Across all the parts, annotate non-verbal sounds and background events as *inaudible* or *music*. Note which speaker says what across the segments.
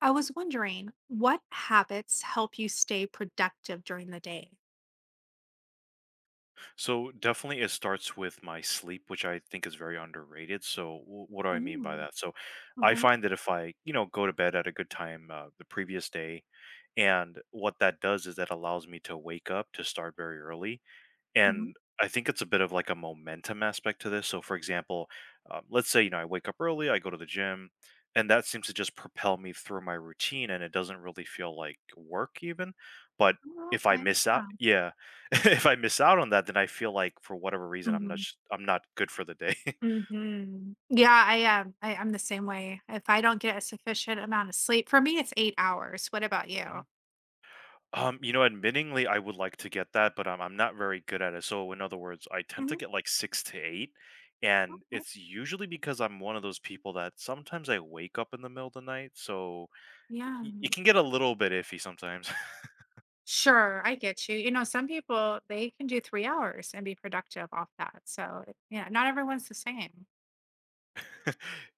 Speaker 1: I was wondering, what habits help you stay productive during the day?
Speaker 2: So definitely, it starts with my sleep, which I think is very underrated. So what do I mean by
Speaker 1: Mm,
Speaker 2: that? So I
Speaker 1: mhm,
Speaker 2: find that if I go to bed at a good time the previous day, and what that does is that allows me to wake up to start very early,
Speaker 1: mhm.
Speaker 2: and I think it's a bit of like a momentum aspect to this. So for example, let's say I wake up early, I go to the gym, and that seems to just propel me through my routine, and it doesn't really feel like work even. But
Speaker 1: Oh,
Speaker 2: if I
Speaker 1: okay.
Speaker 2: miss out
Speaker 1: Yeah.
Speaker 2: yeah, *laughs* if I miss out on that, then I feel like for whatever reason I'm not
Speaker 1: Mhm,
Speaker 2: sh- I'm not good for the day.
Speaker 1: mhm. Yeah, I am. I'm the same way. If I don't get a sufficient amount of sleep, for me, it's 8 hours. What about you?
Speaker 2: *laughs* Admittingly, I would like to get that, but I'm not very good at it. So, in other words, I tend to
Speaker 1: Mhm,
Speaker 2: get like six to eight, and
Speaker 1: okay.
Speaker 2: it's usually because I'm one of those people that sometimes I wake up in the middle of the night. So
Speaker 1: Yeah.
Speaker 2: it can get a little bit iffy sometimes. *laughs*
Speaker 1: Sure, I get you. You know, some people, they can do 3 hours and be productive off that. So, yeah, not everyone's the same.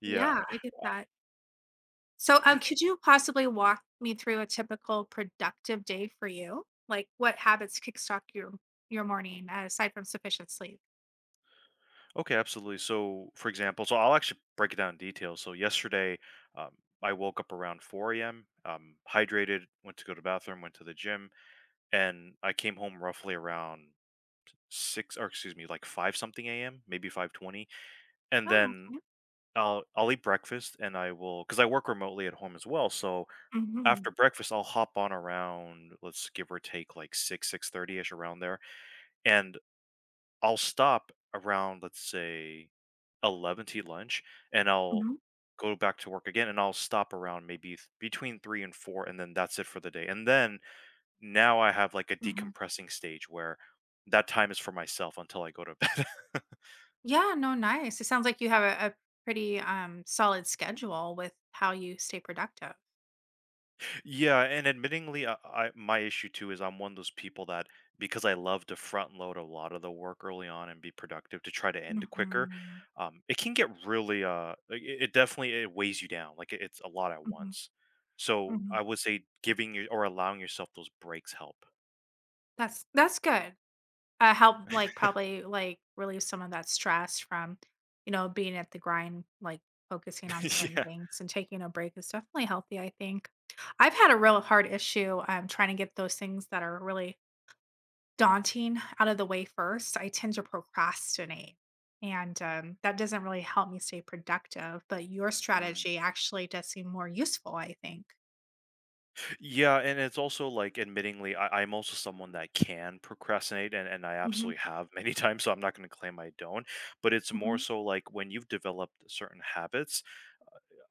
Speaker 2: Yeah.
Speaker 1: Yeah, I get
Speaker 2: Uh,
Speaker 1: that. So, could you possibly walk me through a typical productive day for you? Like, what habits kickstart your morning aside from sufficient sleep?
Speaker 2: Okay, absolutely. So, for example, so I'll actually break it down in detail. So yesterday, um, I woke up around 4 a.m. Hydrated, went to go to the bathroom, went to the gym, and I came home roughly around 6, or excuse me, like 5 something a.m., maybe 5:20, and
Speaker 1: Oh,
Speaker 2: then
Speaker 1: okay.
Speaker 2: I'll eat breakfast. And I will, because I work remotely at home as well, so
Speaker 1: Hmm.
Speaker 2: after breakfast, I'll hop on around, let's give or take like 6, 6:30ish around there, and I'll stop around, let's say 11 to eat lunch, and I'll
Speaker 1: Hmm.
Speaker 2: go back to work again, and I'll stop around maybe th between 3 and 4, and then that's it for the day. And then now I have like a
Speaker 1: Hmm.
Speaker 2: decompressing stage where that time is for myself until I go to *laughs* bed.
Speaker 1: Yeah, no, nice. It sounds like you have a pretty solid schedule with how you stay productive.
Speaker 2: Yeah, and admittingly, I my issue too is I'm one of those people that, because I love to front load a lot of the work early on and be productive to try to end quicker.
Speaker 1: Hmm.
Speaker 2: It can get really like, it definitely, it weighs you down. Like it's a lot at
Speaker 1: Hmm.
Speaker 2: once. So
Speaker 1: Hmm.
Speaker 2: I would say giving you or allowing yourself those breaks help.
Speaker 1: That's good. Help, like, probably, like, relieve some of that stress from, you know, being at the grind, like, focusing on
Speaker 2: *laughs*
Speaker 1: certain
Speaker 2: Yeah.
Speaker 1: things and taking a break is definitely healthy, I think. I've had a real hard issue, trying to get those things that are really daunting out of the way first. I tend to procrastinate, and, that doesn't really help me stay productive, but your
Speaker 2: Mm.
Speaker 1: strategy actually does seem more useful, I think.
Speaker 2: Yeah, and it's also like admittingly, I'm also someone that can procrastinate, and I
Speaker 1: Mhm,
Speaker 2: absolutely have many *laughs* times, so I'm not gonna claim I don't. But it's more
Speaker 1: mhm,
Speaker 2: so like when you've developed certain habits,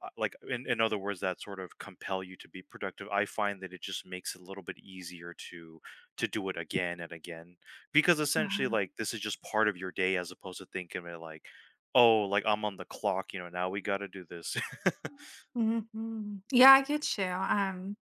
Speaker 2: like, in other words, that sort of compel you to be productive, I find that it just makes it a little bit easier to do it again and again, because essentially,
Speaker 1: uh-huh,
Speaker 2: like, this is just part of your day as opposed to thinking of it like, oh, like I'm on the clock, now we got to do this.
Speaker 1: mhm, mhm. Yeah, I get you, um.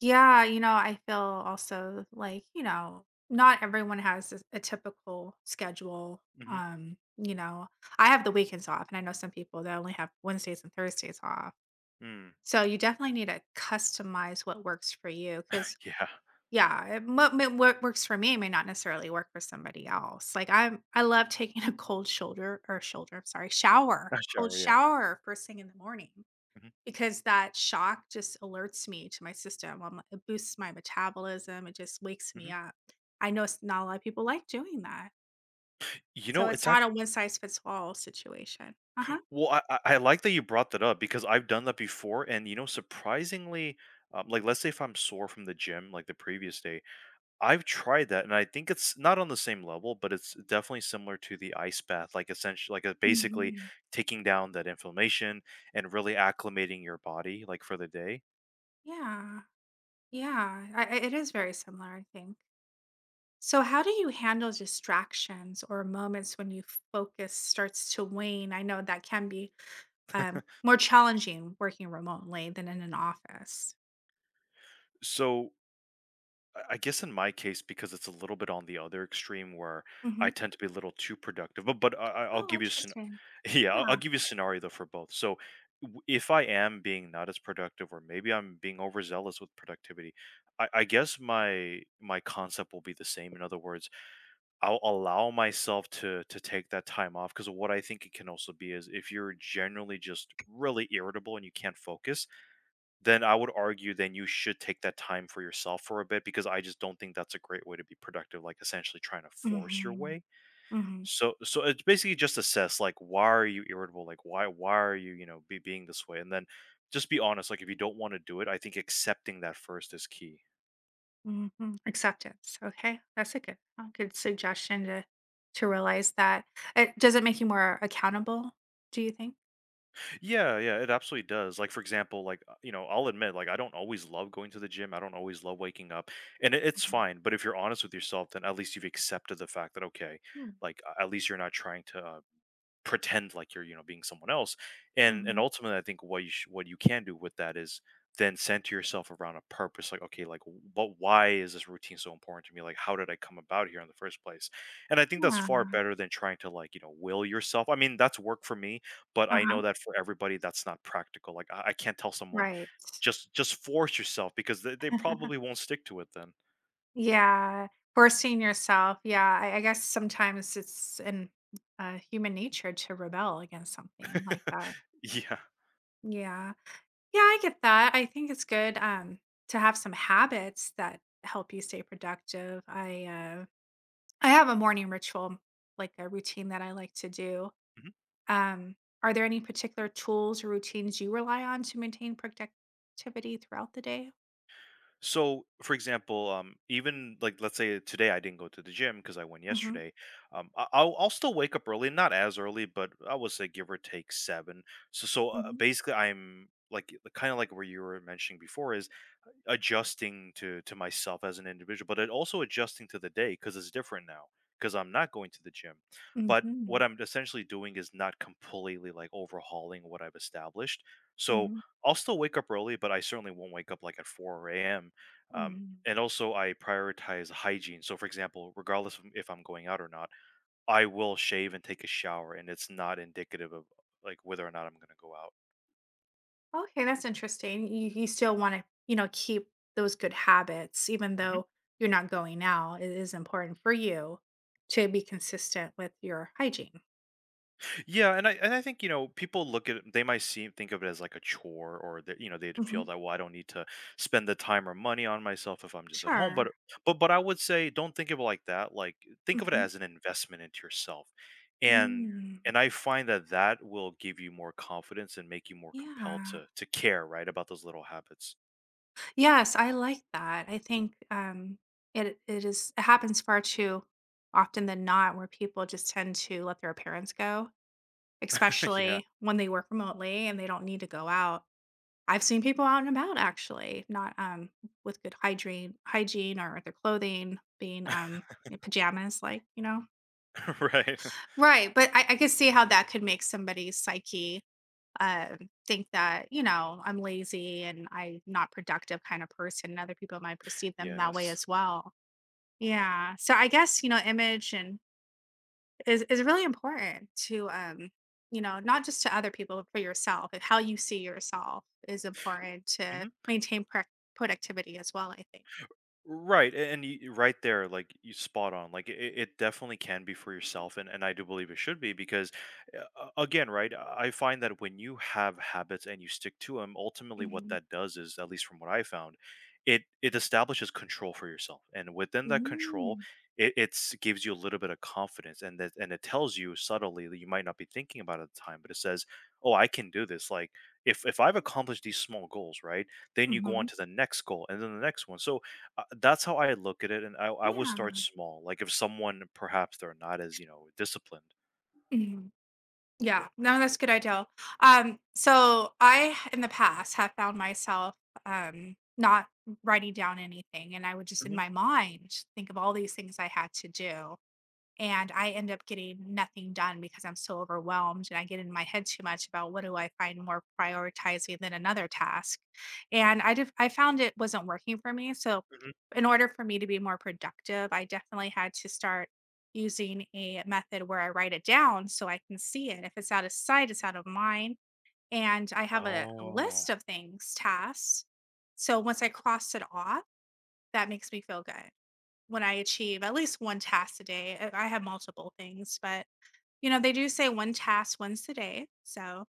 Speaker 1: Yeah, you know, I feel also like, you know, not everyone has a typical schedule.
Speaker 2: *laughs* Hmm.
Speaker 1: You know, I have the weekends off, and I know some people that only have Wednesdays and Thursdays off.
Speaker 2: Mm.
Speaker 1: So you definitely need to customize what works for you because,
Speaker 2: Yeah.
Speaker 1: yeah, what works for me may not necessarily work for somebody else. I love taking a cold shoulder or shoulder, I'm sorry,
Speaker 2: *laughs*
Speaker 1: shower,
Speaker 2: That
Speaker 1: cold
Speaker 2: shower, yeah,
Speaker 1: shower first thing in the morning.
Speaker 2: yeah.
Speaker 1: Because that shock just alerts me to my system, it boosts my metabolism, it just wakes
Speaker 2: Hmm. Hmm.
Speaker 1: me up. I know it's not a lot of people like doing that,
Speaker 2: You
Speaker 1: so
Speaker 2: know,
Speaker 1: it's
Speaker 2: it's
Speaker 1: not a
Speaker 2: actually,
Speaker 1: one size fits all situation. Uh-huh.
Speaker 2: well, I like that you brought that up, because I've done that before and, surprisingly, like, let's say if I'm sore from the gym like the previous day, I've tried that, and I think it's not on the same level, but it's definitely similar to the ice bath, like essentially, like basically
Speaker 1: Mhm.
Speaker 2: taking down that inflammation and really acclimating your body, like for the day.
Speaker 1: Yeah, yeah, I it is very similar, I think. So how do you handle distractions or moments when you focus starts to wane? I know that can be, more challenging working remotely than in an office.
Speaker 2: So I guess in my case, because it's a little bit on the other extreme where I
Speaker 1: Mhm.
Speaker 2: tend to be a little too productive, but I'll
Speaker 1: Oh,
Speaker 2: give you some.
Speaker 1: interesting.
Speaker 2: *laughs* Yeah,
Speaker 1: Yeah.
Speaker 2: I'll give you a scenario though for both. So if I am being not as productive, or maybe I'm being overzealous with productivity, I guess my concept will be the same. In other words, I'll allow myself to take that time off, because what I think it can also be is if you're generally just really irritable and you can't focus, then I would argue then you should take that time for yourself for a bit, because I just don't think that's a great way to be productive, like essentially trying to force your
Speaker 1: Mhm,
Speaker 2: way.
Speaker 1: mhm.
Speaker 2: So it's basically just assess, like, why are you irritable? Like, why are you, be being this way? And then just be honest. Like, if you don't want to do it, I think accepting that first is key.
Speaker 1: Mhm. Acceptance. Okay, that's a good suggestion to realize that. Does it make you more accountable? Do you think?
Speaker 2: Yeah, yeah, it absolutely does. Like for example, like I'll admit, like, I don't always love going to the gym. I don't always love waking up, and it's fine. But if you're honest with yourself, then at least you've accepted the fact that, okay,
Speaker 1: Mhm.
Speaker 2: like, at least you're not trying to pretend like you're, being someone else, and
Speaker 1: Mhm.
Speaker 2: ultimately, I think what you what you can do with that is then center yourself around a purpose. Like, okay, like, but why is this routine so important to me? Like, how did I come about here in the first place? And I think that's far
Speaker 1: Yeah.
Speaker 2: better than trying to, like, will yourself. I mean, that's work for me, but
Speaker 1: Uh
Speaker 2: I
Speaker 1: huh.
Speaker 2: know that for everybody, that's not practical. Like I can't tell someone,
Speaker 1: Right.
Speaker 2: just force yourself, because they probably
Speaker 1: *laughs*
Speaker 2: won't stick to it then.
Speaker 1: yeah. Forcing yourself. Yeah. I guess sometimes it's in human nature to rebel against something like that.
Speaker 2: *laughs* Yeah.
Speaker 1: Yeah. Yeah. I get that. I think it's good to have some habits that help you stay productive. I have a morning ritual, like a routine that I like to do.
Speaker 2: Mm-hmm.
Speaker 1: Um, are there any particular tools or routines you rely on to maintain productivity throughout the day?
Speaker 2: So, for example, even, like, let's say today I didn't go to the gym because I went
Speaker 1: Hmm.
Speaker 2: yesterday. I'll still wake up early, not as early, but I would say give or take 7. So,
Speaker 1: Hmm.
Speaker 2: basically, I'm, like, kind of like where you were mentioning before, is adjusting to myself as an individual, but it also adjusting to the day because it's different now because I'm not going to the gym. But what
Speaker 1: Hmm.
Speaker 2: I'm essentially doing is not completely like overhauling what I've established. So
Speaker 1: Hmm.
Speaker 2: I'll still wake up early, but I certainly won't wake up like at 4 a.m. Um,
Speaker 1: Hmm.
Speaker 2: and also, I prioritize hygiene. So, for example, regardless of if I'm going out or not, I will shave and take a shower, and it's not indicative of, like, whether or not I'm going to go out.
Speaker 1: Okay, that's interesting. You still want to, you know, keep those good habits, even
Speaker 2: Mhm.
Speaker 1: though you're not going out. It is important for you to be consistent with your hygiene.
Speaker 2: Yeah, and I think, people look at it, they might see, think of it as like a chore, or that, they'd
Speaker 1: Hmm.
Speaker 2: feel that, well, I don't need to spend the time or money on myself if I'm just at home. But
Speaker 1: Sure.
Speaker 2: but but I would say don't think of it like that. Like, think of it
Speaker 1: Hmm.
Speaker 2: as an investment into yourself, and
Speaker 1: Mm.
Speaker 2: and I find that that will give you more confidence and make you more compelled
Speaker 1: Yeah.
Speaker 2: to care, right, about those little habits.
Speaker 1: Yes, I like that. I think it happens far too often than not where people just tend to let their appearance go,
Speaker 2: *laughs* Yeah.
Speaker 1: especially when they work remotely and they don't need to go out. I've seen people out and about actually, not with good hygiene or their clothing being
Speaker 2: *laughs*
Speaker 1: in pajamas, like you know.
Speaker 2: Right.
Speaker 1: Right, but I could see how that could make somebody's psyche, think that, you know, I'm lazy and I'm not productive kind of person, and other people might perceive them that way
Speaker 2: Yes.
Speaker 1: as well. Yeah, so I guess, you know, image and is really important to, you know, not just to other people, but for yourself, and how you see yourself is important
Speaker 2: Mm-hmm.
Speaker 1: to maintain prac productivity as well, I think.
Speaker 2: Right, and you, right there, like, you spot on. Like, it definitely can be for yourself, and I do believe it should be because, again, right, I find that when you have habits and you stick to them, ultimately what
Speaker 1: Mhm.
Speaker 2: that does is, at least from what I found, it establishes control for yourself, and within that control,
Speaker 1: Mm.
Speaker 2: it gives you a little bit of confidence, and that, and it tells you subtly that, you might not be thinking about it at the time, but it says, "Oh, I can do this." Like, if I've accomplished these small goals, right, then you go on
Speaker 1: Mhm.
Speaker 2: to the next goal, and then the next one. So that's how I look at it, and I will start
Speaker 1: Yeah.
Speaker 2: small. Like, if someone, perhaps they're not as, disciplined.
Speaker 1: Mhm. Yeah, no, that's a good idea. So I, in the past, have found myself not writing down anything, and I would just in
Speaker 2: Mhm,
Speaker 1: my mind think of all these things I had to do and I end up getting nothing done because I'm so overwhelmed and I get in my head too much about what do I find more prioritizing than another task. I found it wasn't working for me. So
Speaker 2: mhm.
Speaker 1: in order for me to be more productive, I definitely had to start using a method where I write it down so I can see it. If it's out of sight, it's out of mind. And I have a
Speaker 2: Oh.
Speaker 1: list of things, tasks. So once I cross it off, that makes me feel good when I achieve at least one task a day. I have multiple things, but you know, they do say one task once a day. So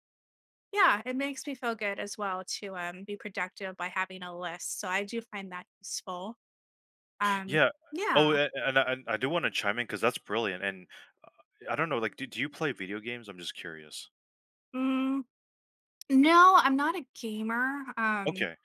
Speaker 1: yeah, it makes me feel good as well to be productive by having a list. So I do find that useful. Um,
Speaker 2: Yeah. Oh,
Speaker 1: yeah.
Speaker 2: a and I do wanna chime in because that's brilliant, and I don't know, like, do you play video games? I'm just curious.
Speaker 1: Mm, no, I'm not a gamer.
Speaker 2: Okay.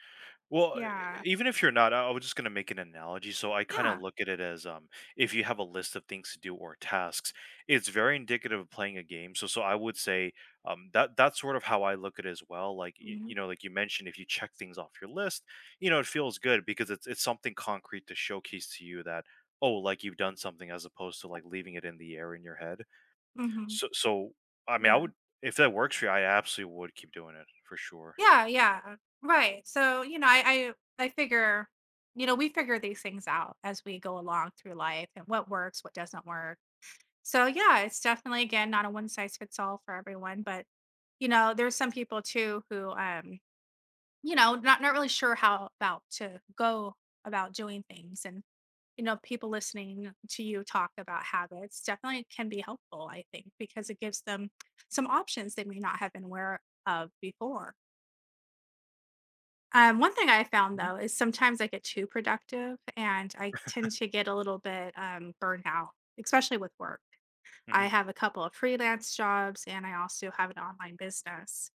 Speaker 2: Well,
Speaker 1: Yeah.
Speaker 2: e e even if you're not, I was just gonna make an analogy, so I kinda
Speaker 1: Yeah.
Speaker 2: look at it as, if you have a list of things to do or tasks, it's very indicative of playing a game, so I would say, that that's sort of how I look at it as well. Like,
Speaker 1: Hmm.
Speaker 2: like you mentioned, if you check things off your list, it feels good because it's something concrete to showcase to you that, "Oh, like, you've done something," as opposed to, like, leaving it in the air in your head.
Speaker 1: Hmm.
Speaker 2: So, I mean, I
Speaker 1: Yeah.
Speaker 2: would, if that works for you, I absolutely would keep doing it for sure.
Speaker 1: Yeah. Yeah. Right. So, you know, I figure, you know, we figure these things out as we go along through life and what works, what doesn't work. So yeah, it's definitely again not a one size fits all for everyone, but you know, there's some people too who you know, not really sure how about to go about doing things and you know, people listening to you talk about habits definitely can be helpful, I think, because it gives them some options they may not have been aware of before. One thing I found
Speaker 2: Mhm,
Speaker 1: though is sometimes I get too productive and I tend to get a little bit burned out, especially with work. I
Speaker 2: mhm,
Speaker 1: have a couple of freelance jobs and I also have an online business.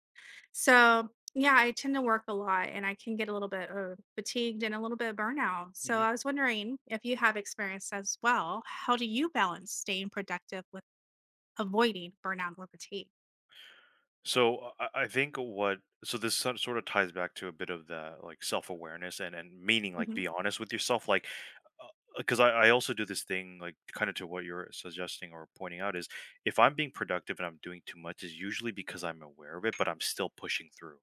Speaker 1: So, yeah, I tend to work a lot and I can get a little bit fatigued and a little bit burnout. So,
Speaker 2: mhm.
Speaker 1: I was wondering if you have experience as well. How do you balance staying productive with avoiding burnout or fatigue?
Speaker 2: So I think, what, so this sort of ties back to a bit of the, like, self awareness and meaning, like,
Speaker 1: Mhm.
Speaker 2: be honest with yourself. Like, because I also do this thing, like, kind of to what you're suggesting or pointing out is, if I'm being productive and I'm doing too much, is usually because I'm aware of it, but I'm still pushing through.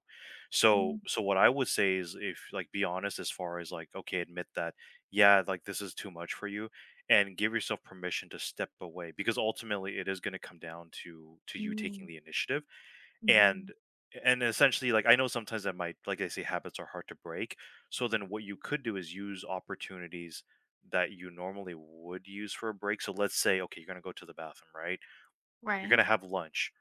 Speaker 2: so
Speaker 1: Mm,
Speaker 2: so what I would say is, if, like, be honest, as far as like, okay, admit that, yeah, like, this is too much for you, and give yourself permission to step away, because ultimately it is going to come down to you taking
Speaker 1: mm,
Speaker 2: the initiative. and
Speaker 1: mhm.
Speaker 2: and essentially, like, I know sometimes that might, like, I say habits are hard to break. So then what you could do is use opportunities that you normally would use for a break. So let's say okay, you're going to go to the bathroom, right, you're going
Speaker 1: Right.
Speaker 2: to have lunch,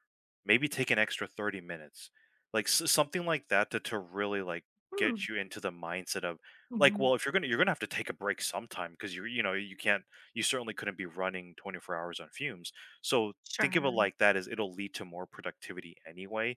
Speaker 2: maybe take an extra 30 minutes, like something like that, to really, like, get
Speaker 1: Mm,
Speaker 2: you into the mindset of, like,
Speaker 1: mhm.
Speaker 2: well, if you're going to have to take a break sometime, because you can't, you certainly couldn't be running 24 hours on fumes. So think of it
Speaker 1: Sure.
Speaker 2: like that, as it'll lead to more productivity anyway.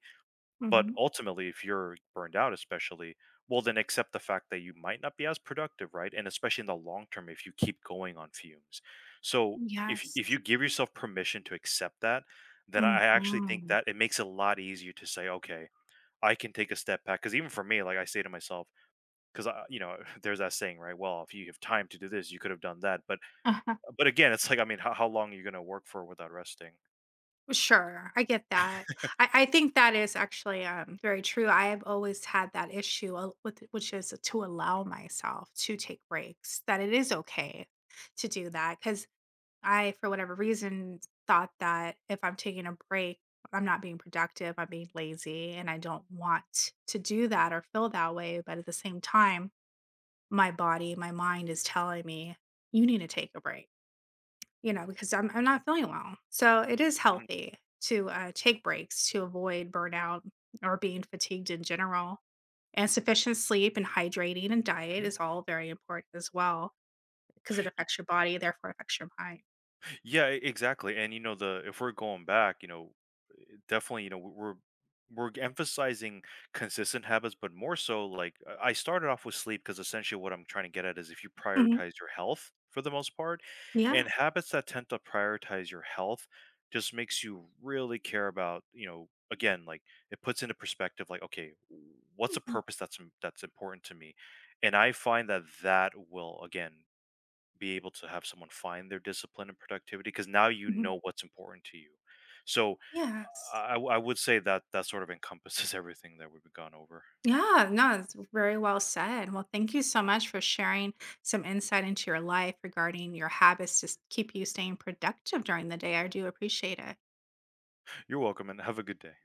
Speaker 2: But
Speaker 1: Mhm.
Speaker 2: ultimately, if you're burned out, especially, well, then accept the fact that you might not be as productive, right? And especially in the long term, if you keep going on fumes. So if
Speaker 1: Yes.
Speaker 2: if you give yourself permission to accept that, then I actually think
Speaker 1: Mhm.
Speaker 2: that it makes it a lot easier to say, okay, I can take a step back. Because even for me, like, I say to myself, because I *laughs* there's that saying, right? Well, if you have time to do this, you could have done that. But
Speaker 1: *laughs*
Speaker 2: but again, it's like, I mean, how long are you going to work for without resting?
Speaker 1: Sure, I get that. I think that is actually very true. I have always had that issue which is to allow myself to take breaks. That it is okay to do that because I, for whatever reason, thought that if I'm taking a break, I'm not being productive. I'm being lazy, and I don't want to do that or feel that way. But at the same time, my body, my mind is telling me you need to take a break, you know, because I'm not feeling well. So it is
Speaker 2: Mhm.
Speaker 1: healthy to take breaks to avoid burnout or being fatigued in general. And sufficient sleep and hydrating and diet
Speaker 2: Mhm.
Speaker 1: is all very important as well because it
Speaker 2: *clears throat* Y-
Speaker 1: affects your body, therefore affects your mind.
Speaker 2: Yeah, exactly. And you know, the if we're going back, definitely, we're emphasizing consistent habits, but more so like, I started off with sleep because essentially what I'm trying to get at is, if you
Speaker 1: Mhm.
Speaker 2: prioritize your health for the most part,
Speaker 1: Yeah.
Speaker 2: and habits that tend to prioritize your health just makes you really care about, again, like, it puts into perspective, like, okay, what's a
Speaker 1: Mhm.
Speaker 2: purpose that's that's important to me? And I find that that will again be able to have someone find their discipline and productivity, because now you
Speaker 1: Mhm.
Speaker 2: know what's important to you. So
Speaker 1: Yes.
Speaker 2: I would say that that sort of encompasses *laughs* everything that we've gone over.
Speaker 1: Yeah, no, it's very well said. Well, thank you so much for sharing some insight into your life regarding your habits to keep you staying productive during the day. I do appreciate it.
Speaker 2: You're welcome and have a good day.